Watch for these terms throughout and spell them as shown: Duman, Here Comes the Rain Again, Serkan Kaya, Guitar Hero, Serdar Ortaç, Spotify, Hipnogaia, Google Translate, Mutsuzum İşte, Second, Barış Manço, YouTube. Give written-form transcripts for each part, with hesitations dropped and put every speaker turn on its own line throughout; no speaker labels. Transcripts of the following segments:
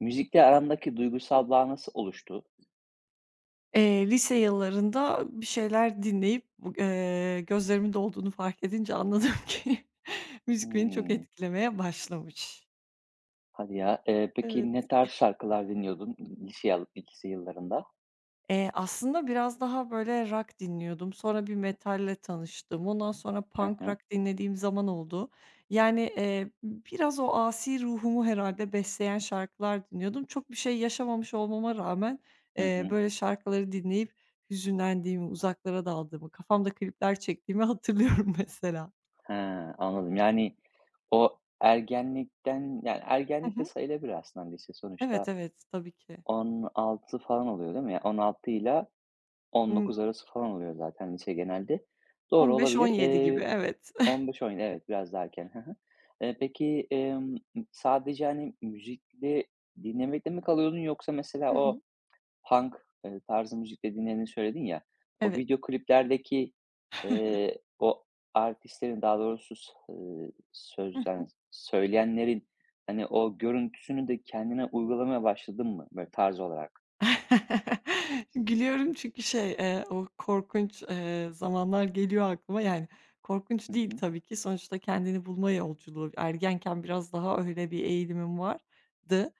Müzikle arandaki duygusal bağ nasıl oluştu?
Lise yıllarında bir şeyler dinleyip bu gözlerimin dolduğunu fark edince anladım ki müzik beni çok
Hımm.
etkilemeye başlamış.
Hadi ya.
Evet.
Peki ne tarz şarkılar dinliyordun lise yıllarında?
Aslında biraz daha böyle rock dinliyordum. Sonra bir metalle tanıştım. Ondan sonra
Hı
punk
hı.
rock dinlediğim zaman oldu. Yani, biraz o asi ruhumu herhalde besleyen şarkılar dinliyordum. Çok bir şey yaşamamış olmama rağmen,
Hı hı.
böyle şarkıları dinleyip hüzünlendiğimi, uzaklara daldığımı, kafamda klipler çektiğimi hatırlıyorum mesela.
He, anladım. Yani o ergenlikten, yani
Hı
ergenlik de
hı.
sayılabilir aslında lise sonuçta
Evet, evet, tabii ki.
16 falan oluyor değil mi? Ya 16 ile
Imm,
19 arası falan oluyor zaten lise genelde. Doğru olabilir.
15-17 gibi, evet.
15 oyun, evet, biraz daha erken. Hı hı. Peki, sadece, hani, müzikle dinlemekle mi kalıyordun yoksa mesela
Hı
o
hı.
punk, tarzı müzikle dinlediğini söyledin ya, o
Evet.
video kliplerdeki, o artistlerin daha doğrusu s
Hı
söz
hı.
yani söyleyenlerin, hani, o görüntüsünü de kendine uygulamaya başladın mı böyle tarz olarak?
Gülüyorum çünkü şey, o korkunç, zamanlar geliyor aklıma. Yani, korkunç
Hı
değil
hı.
tabii ki. Sonuçta kendini bulma yolculuğu. Ergenken biraz daha öyle bir eğilimim vardı.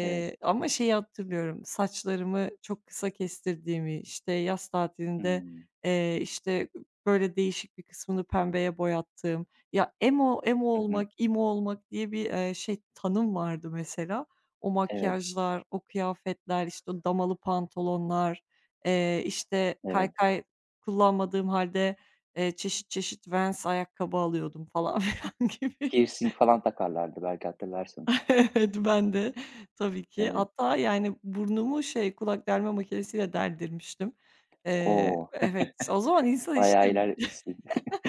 Evet.
ama şeyi hatırlıyorum, saçlarımı çok kısa kestirdiğimi, işte, yaz tatilinde,
Hımm.
işte, böyle, değişik bir kısmını pembeye boyattığım, ya, emo emo
Hı hı.
olmak, emo olmak diye bir, şey, tanım vardı mesela. O
Evet,
makyajlar, o kıyafetler, işte, o damalı pantolonlar, işte,
evet.
kaykay kullanmadığım halde çeşit çeşit Vans ayakkabı alıyordum falan filan gibi.
Piercing falan takarlardı belki hatırlarsın.
Evet, ben de tabii ki.
Evet.
Hatta, yani, burnumu şey, kulak delme makinesiyle deldirmiştim. Eee,
O!
evet, o zaman insan, işte.
Bayağı ilerletmişsin.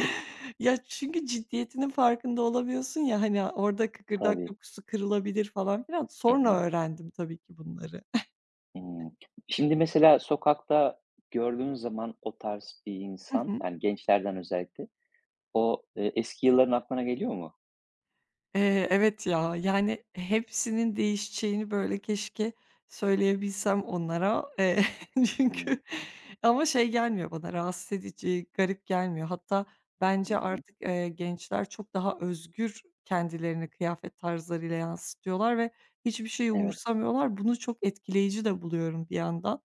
Ya, çünkü ciddiyetinin farkında olamıyorsun ya, hani, orada kıkırdak
Tabii.
dokusu kırılabilir falan filan.
Hı
Sonra
hı.
öğrendim tabii ki bunları.
Hımm. Şimdi mesela sokakta gördüğün zaman o tarz bir insan, yani gençlerden özellikle, o, eski yılların aklına geliyor mu?
Evet ya, yani hepsinin değişeceğini böyle keşke söyleyebilsem onlara.
Hımm.
Çünkü ama şey gelmiyor bana, rahatsız edici, garip gelmiyor. Hatta bence
Hı.
artık, gençler çok daha özgür kendilerini kıyafet tarzlarıyla yansıtıyorlar ve hiçbir şeyi
Evet.
umursamıyorlar. Bunu çok etkileyici de buluyorum bir yandan.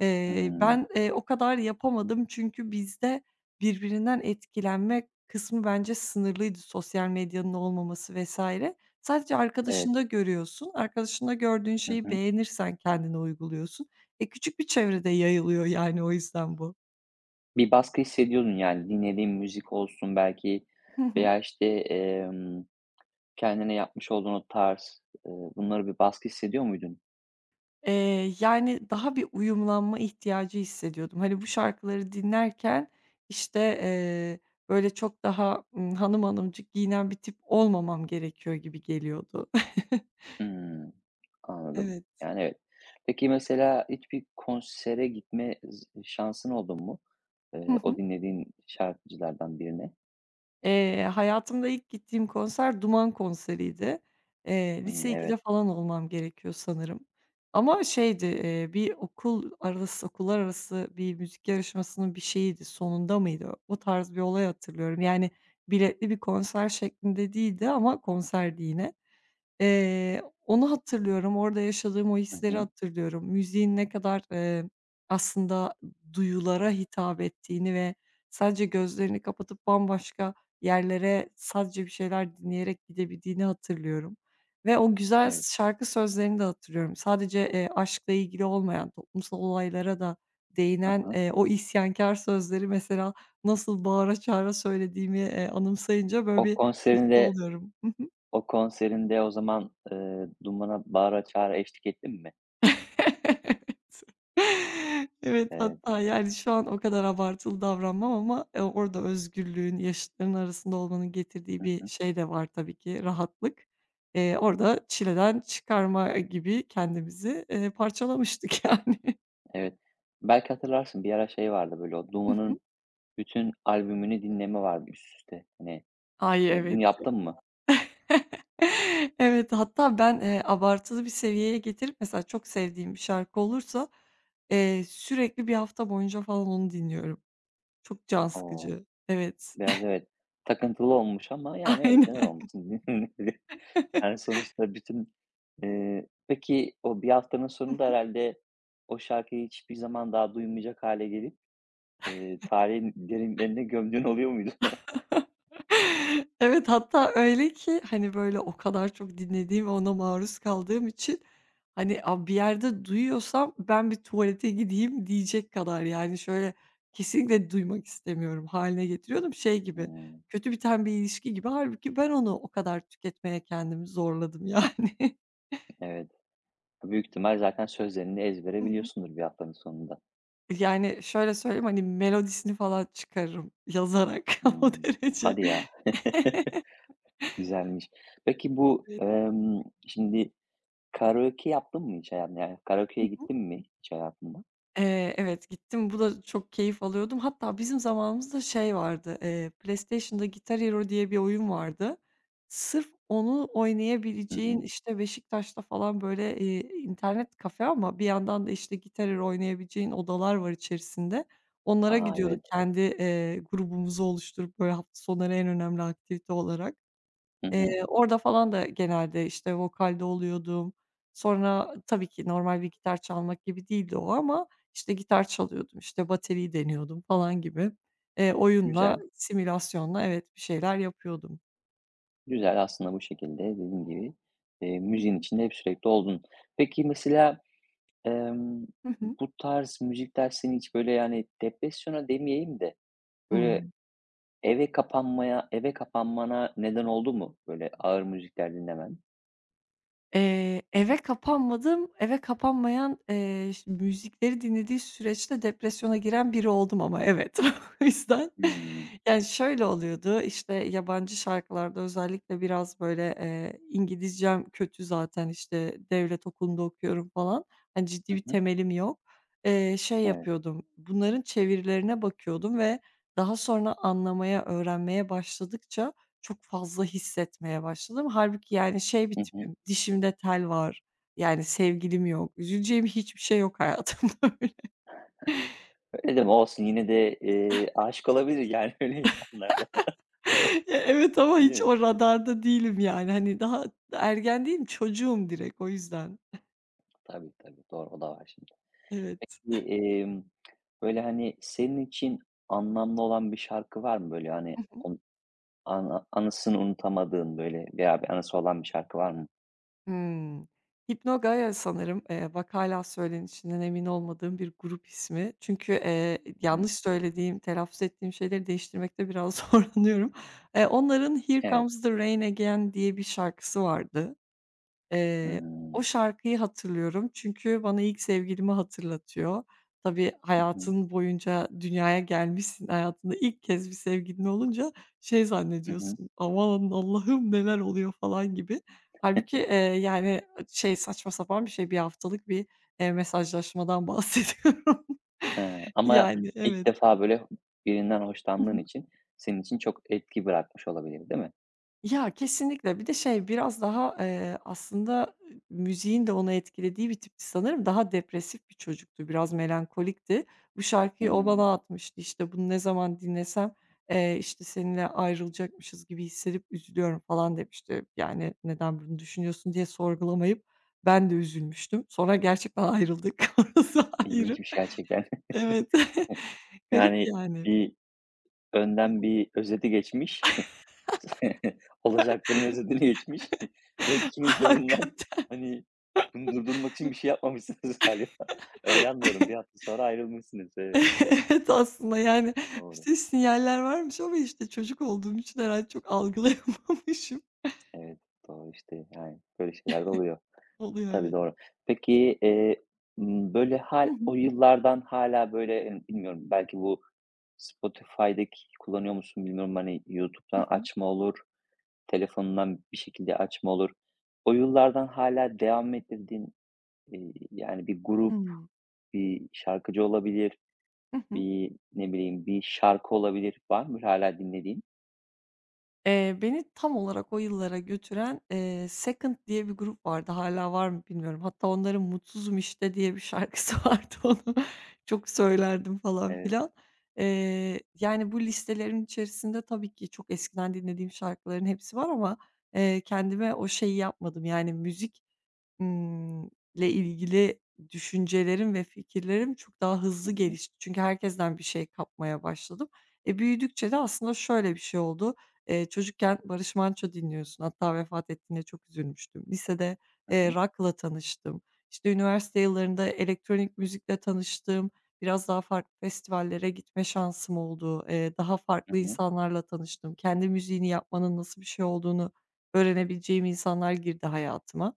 Eee,
Hımm.
ben, o kadar yapamadım çünkü bizde birbirinden etkilenme kısmı bence sınırlıydı, sosyal medyanın olmaması vs. Sadece
Evet.
arkadaşında görüyorsun. Arkadaşında gördüğün
Hı
şeyi
hı.
beğenirsen kendine uyguluyorsun. E, küçük bir çevrede yayılıyor yani o yüzden bu.
Bir baskı hissediyordun yani dinlediğin müzik olsun belki
Hı hı.
veya, işte, kendine yapmış olduğun o tarz, bunlara bir baskı hissediyor muydun?
Yani daha bir uyumlanma ihtiyacı hissediyordum. Hani bu şarkıları dinlerken, işte, böyle çok daha, hanım hanımcık giyinen bir tip olmamam gerekiyor gibi geliyordu.
Hımm, anladım.
Evet.
Yani, evet. Peki, mesela hiç bir konsere şansın oldu mu,
Hı
o
hı.
dinlediğin şarkıcılardan birine?
Hayatımda ilk gittiğim konser Duman konseriydi. Eee,
Hımm,
lise ikide
evet.
falan olmam gerekiyor sanırım ama şeydi, bir okullar arası bir müzik yarışmasının bir şeyiydi, sonunda mıydı? O tarz bir olay hatırlıyorum. Yani biletli bir konser şeklinde değildi ama konserdi yine. Onu hatırlıyorum. Orada yaşadığım o
Hı
hisleri
hı.
hatırlıyorum. Müziğin ne kadar, aslında duyulara hitap ettiğini ve sadece gözlerini kapatıp bambaşka yerlere sadece bir şeyler dinleyerek gidebildiğini hatırlıyorum ve o güzel
Evet.
şarkı sözlerini de hatırlıyorum. Sadece, aşkla ilgili olmayan, toplumsal olaylara da
Hı
değinen,
hı.
o isyankâr sözleri mesela nasıl bağıra çağıra söylediğimi, anımsayınca böyle
O
bir mutlu
konserinde
oluyorum.
o konserinde o zaman, Duman'a bağıra çağıra eşlik ettin mi?
Evet. Evet,
Evet.
hatta, yani, şu an o kadar abartılı davranmam ama, orada özgürlüğün, yaşıtların arasında olmanın getirdiği
Hı
bir
hı.
şey de var tabii ki, rahatlık. Orada çileden çıkarma gibi kendimizi, parçalamıştık yani.
Evet. Belki hatırlarsın, bir ara şey vardı, böyle, o Duman'ın bütün albümünü dinleme vardı üst üste. Hani,
Ay, evet.
bunu yaptın mı?
Evet, hatta ben, abartılı bir seviyeye getirip mesela çok sevdiğim bir şarkı olursa, sürekli bir hafta boyunca falan onu dinliyorum. Çok can
O!
sıkıcı. Evet.
Biraz evet, takıntılı olmuş ama yani evet, neden
Aynen.
olmasın? Yani sonuçta bütün. Peki o bir haftanın sonunda herhalde o şarkıyı hiçbir zaman daha duymayacak hale gelip, tarihin derinlerine gömdüğün oluyor muydu?
Evet, hatta öyle ki, hani, böyle, o kadar çok dinlediğim ve ona maruz kaldığım için, hani, a bir yerde duyuyorsam ben bir tuvalete gideyim diyecek kadar, yani, şöyle, kesinlikle duymak istemiyorum haline getiriyordum. Şey gibi,
Hımm,
kötü biten bir ilişki gibi. Halbuki ben onu o kadar tüketmeye kendimi zorladım, yani.
evet. Büyük ihtimal zaten sözlerini ezbere biliyorsundur bir haftanın sonunda.
Yani, şöyle söyleyeyim, hani, melodisini falan çıkarırım yazarak o
Hımm.
derece.
Hadi ya, güzelmiş. Peki bu,
Evet.
şimdi karaoke yaptın mı hiç hayatında? Yani karaokeye gittin mi hiç hayatında?
Evet, gittim. Bu da çok keyif alıyordum. Hatta bizim zamanımızda şey vardı, PlayStation'da Guitar Hero diye bir oyun vardı. Sırf onu
Hı
oynayabileceğin,
hı.
işte, Beşiktaş'ta falan, böyle, internet kafe ama bir yandan da, işte, Guitar Hero oynayabileceğin odalar var içerisinde. Onlara
A,
gidiyorduk
evet.
kendi, grubumuzu oluşturup, böyle, hafta sonları en önemli aktivite olarak.
Hı hı.
Orada falan da genelde, işte, vokalde oluyordum. Sonra tabii ki normal bir gitar çalmak gibi değildi o ama, işte, gitar çalıyordum, işte, bateriyi deniyordum falan gibi. Oyunla,
Güzel,
simülasyonla evet, bir şeyler yapıyordum.
güzel aslında bu şekilde dediğin gibi, müziğin içinde hep sürekli oldun. Peki mesela, emm,
Hı hı.
bu tarz müzikler seni hiç böyle, yani, depresyona demeyeyim de, böyle,
Hıı.
eve kapanmana neden oldu mu? Böyle ağır müzikler dinlemen.
Eve kapanmadım. Eve kapanmayan, ş müzikleri dinlediği süreçte depresyona giren biri oldum ama evet. O yüzden,
Hımm.
yani, şöyle oluyordu, işte, yabancı şarkılarda özellikle biraz böyle, İngilizcem kötü zaten, işte, devlet okulunda okuyorum falan. Hani, ciddi
Hı
bir
hı.
temelim yok. Şey
Evet.
yapıyordum, bunların çevirilerine bakıyordum ve daha sonra anlamaya, öğrenmeye başladıkça çok fazla hissetmeye başladım. Hâlbuki, yani, şey bir
Hı hı.
tipim, dişimde tel var, yani, sevgilim yok, üzüleceğim hiçbir şey yok hayatımda.
Öyle deme olsun yine de, aşık olabilir yani öyle insanlar da.
Evet ama hiç
Değil mi?
o radarda değilim, yani. Hani, daha ergen değilim, çocuğum direkt o yüzden.
Tabii, tabii. Doğru, o da var şimdi.
Evet.
Bir, böyle, hani, senin için anlamlı olan bir şarkı var mı? Böyle, hani, ana anısını unutamadığın, böyle, veya bir anısı olan bir şarkı var mı?
Hımm. Hipnogaia sanırım, vakâla söylenişinden emin olmadığım bir grup ismi. Çünkü,
Hı hı.
yanlış söylediğim, telaffuz ettiğim şeyleri değiştirmekte biraz zorlanıyorum. Onların "Here
Evet.
Comes the Rain Again" diye bir şarkısı vardı. Eee, o
Hımm.
şarkıyı hatırlıyorum çünkü bana ilk sevgilimi hatırlatıyor. Tabii
Hı hı.
hayatın boyunca dünyaya gelmişsin, hayatında ilk kez bir sevgilin olunca şey
Hı hı.
zannediyorsun, "Aman Allah'ım neler oluyor?" falan gibi. Halbuki yani, şey, saçma sapan bir şey, bir haftalık bir, mesajlaşmadan bahsediyorum.
He, ama
Yani,
ilk
evet.
defa, böyle, birinden hoşlandığın için senin için çok etki bırakmış olabilir, değil mi?
Ya, kesinlikle. Bir de şey, biraz daha, aslında, müziğin de onu etkilediği bir tipti sanırım. Daha depresif bir çocuktu, biraz melankolikti. Bu şarkıyı o
Hmm.
bana atmıştı. İşte, "Bunu ne zaman dinlesem, işte, seninle ayrılacakmışız gibi hissedip üzülüyorum." falan demişti. Yani, "Neden bunu düşünüyorsun?" diye sorgulamayıp ben de üzülmüştüm. Sonra gerçekten ayrıldık. Orası
İlginç
ayrı.
bir şey gerçekten.
Evet. Garip
Yani,
yani.
bir bir özeti geçmiş. Olacakların özetini geçmiş ve ikiniz de bundan,
Hakikaten.
hani, bunu durdurmak için bir şey yapmamışsınız galiba. Öyle anlıyorum. Bir hafta sonra ayrılmışsınız. Evet,
Evet, aslında, yani, bir
doğru.
şey sinyaller varmış ama, işte, çocuk olduğum için herhâlde çok algılayamamışım.
Evet, doğru, işte, yani, böyle şeyler de oluyor.
Oluyor,
Tabii,
evet.
doğru. Peki, böyle,
Hı hı.
o yıllardan hala böyle, bilmiyorum, belki bu Spotify'daki kullanıyor musun bilmiyorum, hani,
Hı
YouTube'dan
hı.
açma olur, telefonundan bir şekilde açma olur. O yıllardan hala devam ettirdiğin. Yani bir grup,
Hımm.
bir şarkıcı olabilir,
Hı hı.
bir, ne bileyim, bir şarkı olabilir. Var mı hâlâ dinlediğin?
Beni tam olarak o yıllara götüren, Second diye bir grup vardı. Hâlâ var mı bilmiyorum. Hatta onların "Mutsuzum İşte" diye bir şarkısı vardı. Onu çok söylerdim falan
Evet.
filan. Yani, bu listelerin içerisinde tabii ki çok eskiden dinlediğim şarkıların hepsi var ama, kendime o şeyi yapmadım, yani, müzik Imm, le ilgili düşüncelerim ve fikirlerim çok daha
Hı
hızlı
hı.
gelişti. Çünkü herkesten bir şey kapmaya başladım. E, büyüdükçe de aslında şöyle bir şey oldu. Çocukken Barış Manço dinliyorsun. Hatta vefat ettiğinde çok üzülmüştüm. Lisede,
Hı hı.
rock'la tanıştım. İşte, üniversite yıllarında elektronik müzikle tanıştım. Biraz daha farklı festivallere gitme şansım oldu. Daha
Hı
farklı
hı.
insanlarla tanıştım. Kendi müziğini yapmanın nasıl bir şey olduğunu öğrenebileceğim insanlar girdi hayatıma.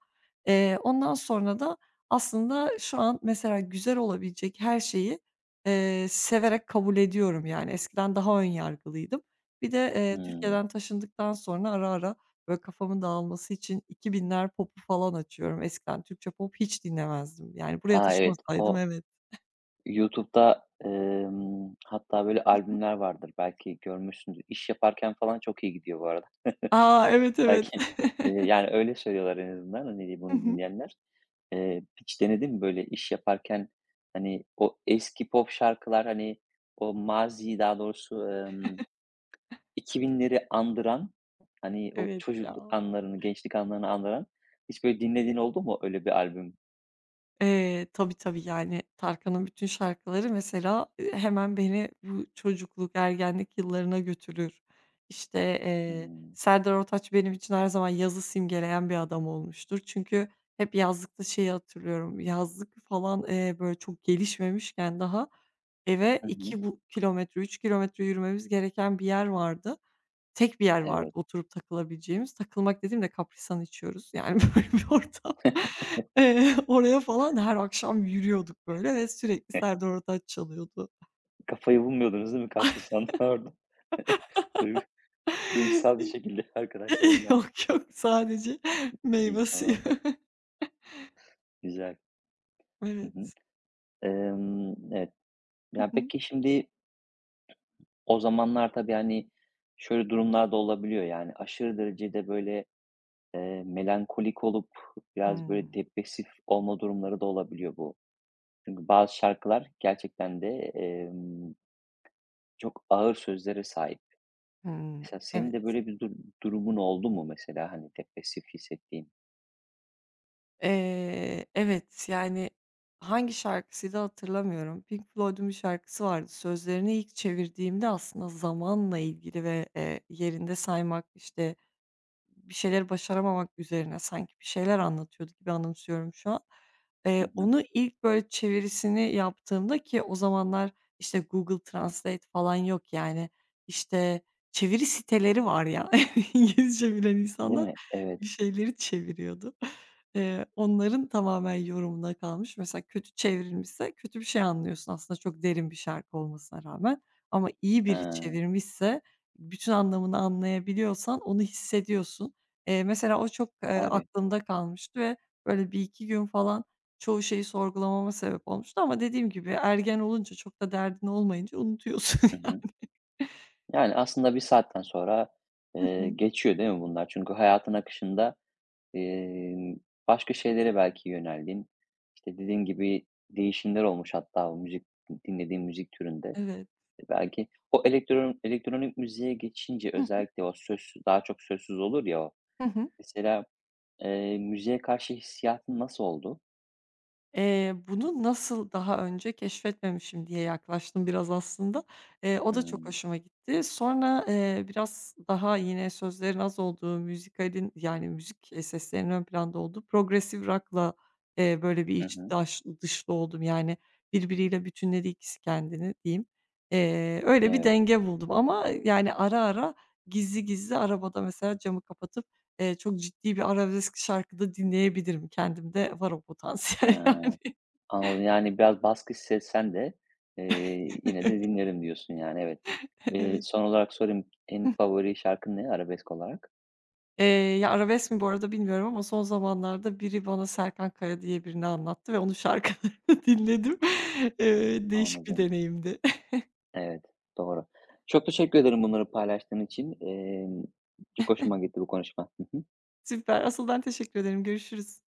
Ondan sonra da aslında şu an mesela güzel olabilecek her şeyi, severek kabul ediyorum yani. Eskiden daha ön yargılıydım. Bir de,
Hımm.
Türkiye'den taşındıktan sonra ara ara böyle kafamın dağılması için 2000'ler popu falan açıyorum. Eskiden Türkçe pop hiç dinlemezdim. Yani buraya
A, evet.
taşınmasaydım
O
evet.
YouTube'da, hatta böyle albümler vardır, belki görmüşsündür. İş yaparken falan çok iyi gidiyor bu arada.
A! Evet, evet.
Belki, yani öyle söylüyorlar en azından, hani,
Hı
bunu
hı.
dinleyenler. Hiç denedin mi böyle iş yaparken, hani, o eski pop şarkılar, hani, o mazi daha doğrusu, 2000'leri andıran, hani, o
Evet ya.
çocukluk anlarını, gençlik anlarını andıran hiç böyle dinlediğin oldu mu öyle bir albüm?
Tabii, tabii, yani, Tarkan'ın bütün şarkıları mesela, hemen beni bu çocukluk, ergenlik yıllarına götürür. İşte,
Hımm.
Serdar Ortaç benim için her zaman yazı simgeleyen bir adam olmuştur. Çünkü hep yazlıkta şeyi hatırlıyorum, yazlık falan, böyle, çok gelişmemişken daha eve
Hı hı.
2 bu kilometre, 3 kilometre yürümemiz gereken bir yer vardı. Tek bir yer vardı
Evet.
oturup takılabileceğimiz. Takılmak dediğimde Kaprisan içiyoruz. Yani, böyle bir ortam. Oraya falan her akşam yürüyorduk böyle ve sürekli Serdar Ortaç çalıyordu.
Kafayı bulmuyordunuz değil mi kaprisanla orada? Duygu duygusal bir şekilde arkadaşlarınla.
Yok, yok sadece
İyi,
meyve suyu.
tamam, güzel. Hı hı.
Evet.
Evet.
Hı
Ya,
hı.
peki şimdi o zamanlar tabii, hani, şöyle durumlar da olabiliyor, yani, aşırı derecede böyle, melankolik olup biraz böyle
Hımm.
depresif olma durumları da olabiliyor bu. Çünkü bazı şarkılar gerçekten de, emm, çok ağır sözlere sahip.
Hımm.
Mesela senin de
Evet.
böyle bir durumun oldu mu mesela, hani, depresif hissettiğin?
Evet, yani, hangi şarkısıydı hatırlamıyorum. Pink Floyd'un bir şarkısı vardı. Sözlerini ilk çevirdiğimde aslında zamanla ilgili ve, yerinde saymak, işte bir şeyleri başaramamak üzerine sanki bir şeyler anlatıyordu gibi anımsıyorum şu an.
Hı
Eee,
hı.
onu ilk böyle çevirisini yaptığımda ki o zamanlar, işte, Google Translate falan yok, yani, işte, çeviri siteleri var ya. İngilizce bilen
Değil
insanlar
mi? Evet.
bir şeyleri çeviriyordu. Onların tamamen yorumuna kalmış. Mesela kötü çevrilmişse kötü bir şey anlıyorsun aslında çok derin bir şarkı olmasına rağmen ama iyi biri
Ha,
çevirmişse bütün anlamını anlayabiliyorsan onu hissediyorsun. Mesela o çok,
tabii.
aklımda kalmıştı ve böyle bir iki gün falan çoğu şeyi sorgulamama sebep olmuştu ama dediğim gibi ergen olunca çok da derdin olmayınca unutuyorsun
Hı hı.
yani.
Yani, aslında bir saatten sonra,
Hı hı.
geçiyor değil mi bunlar? Çünkü hayatın akışında, emm, başka şeylere belki yöneldin. İşte, dediğin gibi değişimler olmuş hatta o müzik dinlediğin müzik türünde.
Evet.
Belki o elektronik müziğe geçince
Hı hı.
özellikle o söz daha çok sözsüz olur ya o.
Hı hı.
Mesela, müziğe karşı hissiyatın nasıl oldu?
Bunu nasıl daha önce keşfetmemişim diye yaklaştım biraz aslında. O da çok
Hımm.
hoşuma gitti. Sonra, biraz daha yine sözlerin az olduğu, müzikalin yani müzik, seslerinin ön planda olduğu progressive rock'la, böyle bir
Hı
iç
hı.
daş dışlı oldum. Yani birbiriyle bütünledi ikisi kendini diyeyim. Öyle bir
Evet.
denge buldum ama yani ara ara gizli gizli arabada mesela camı kapatıp çok ciddi bir arabesk şarkı da dinleyebilirim. Kendimde var o potansiyel
Aaa,
yani.
anladım. Yani biraz baskı hissetsen de, yine de dinlerim diyorsun yani, evet.
Evet.
Son olarak sorayım, en favori şarkın ne arabesk olarak?
Eee, ya, arabesk mi bu arada bilmiyorum ama son zamanlarda biri bana Serkan Kaya diye birini anlattı ve onun şarkılarını dinledim. Değişik bir
Anladım.
deneyimdi.
Evet, doğru. Çok teşekkür ederim bunları paylaştığın için. Çok hoşuma gitti bu konuşma. Hı hı.
Süper. Asıl ben teşekkür ederim. Görüşürüz.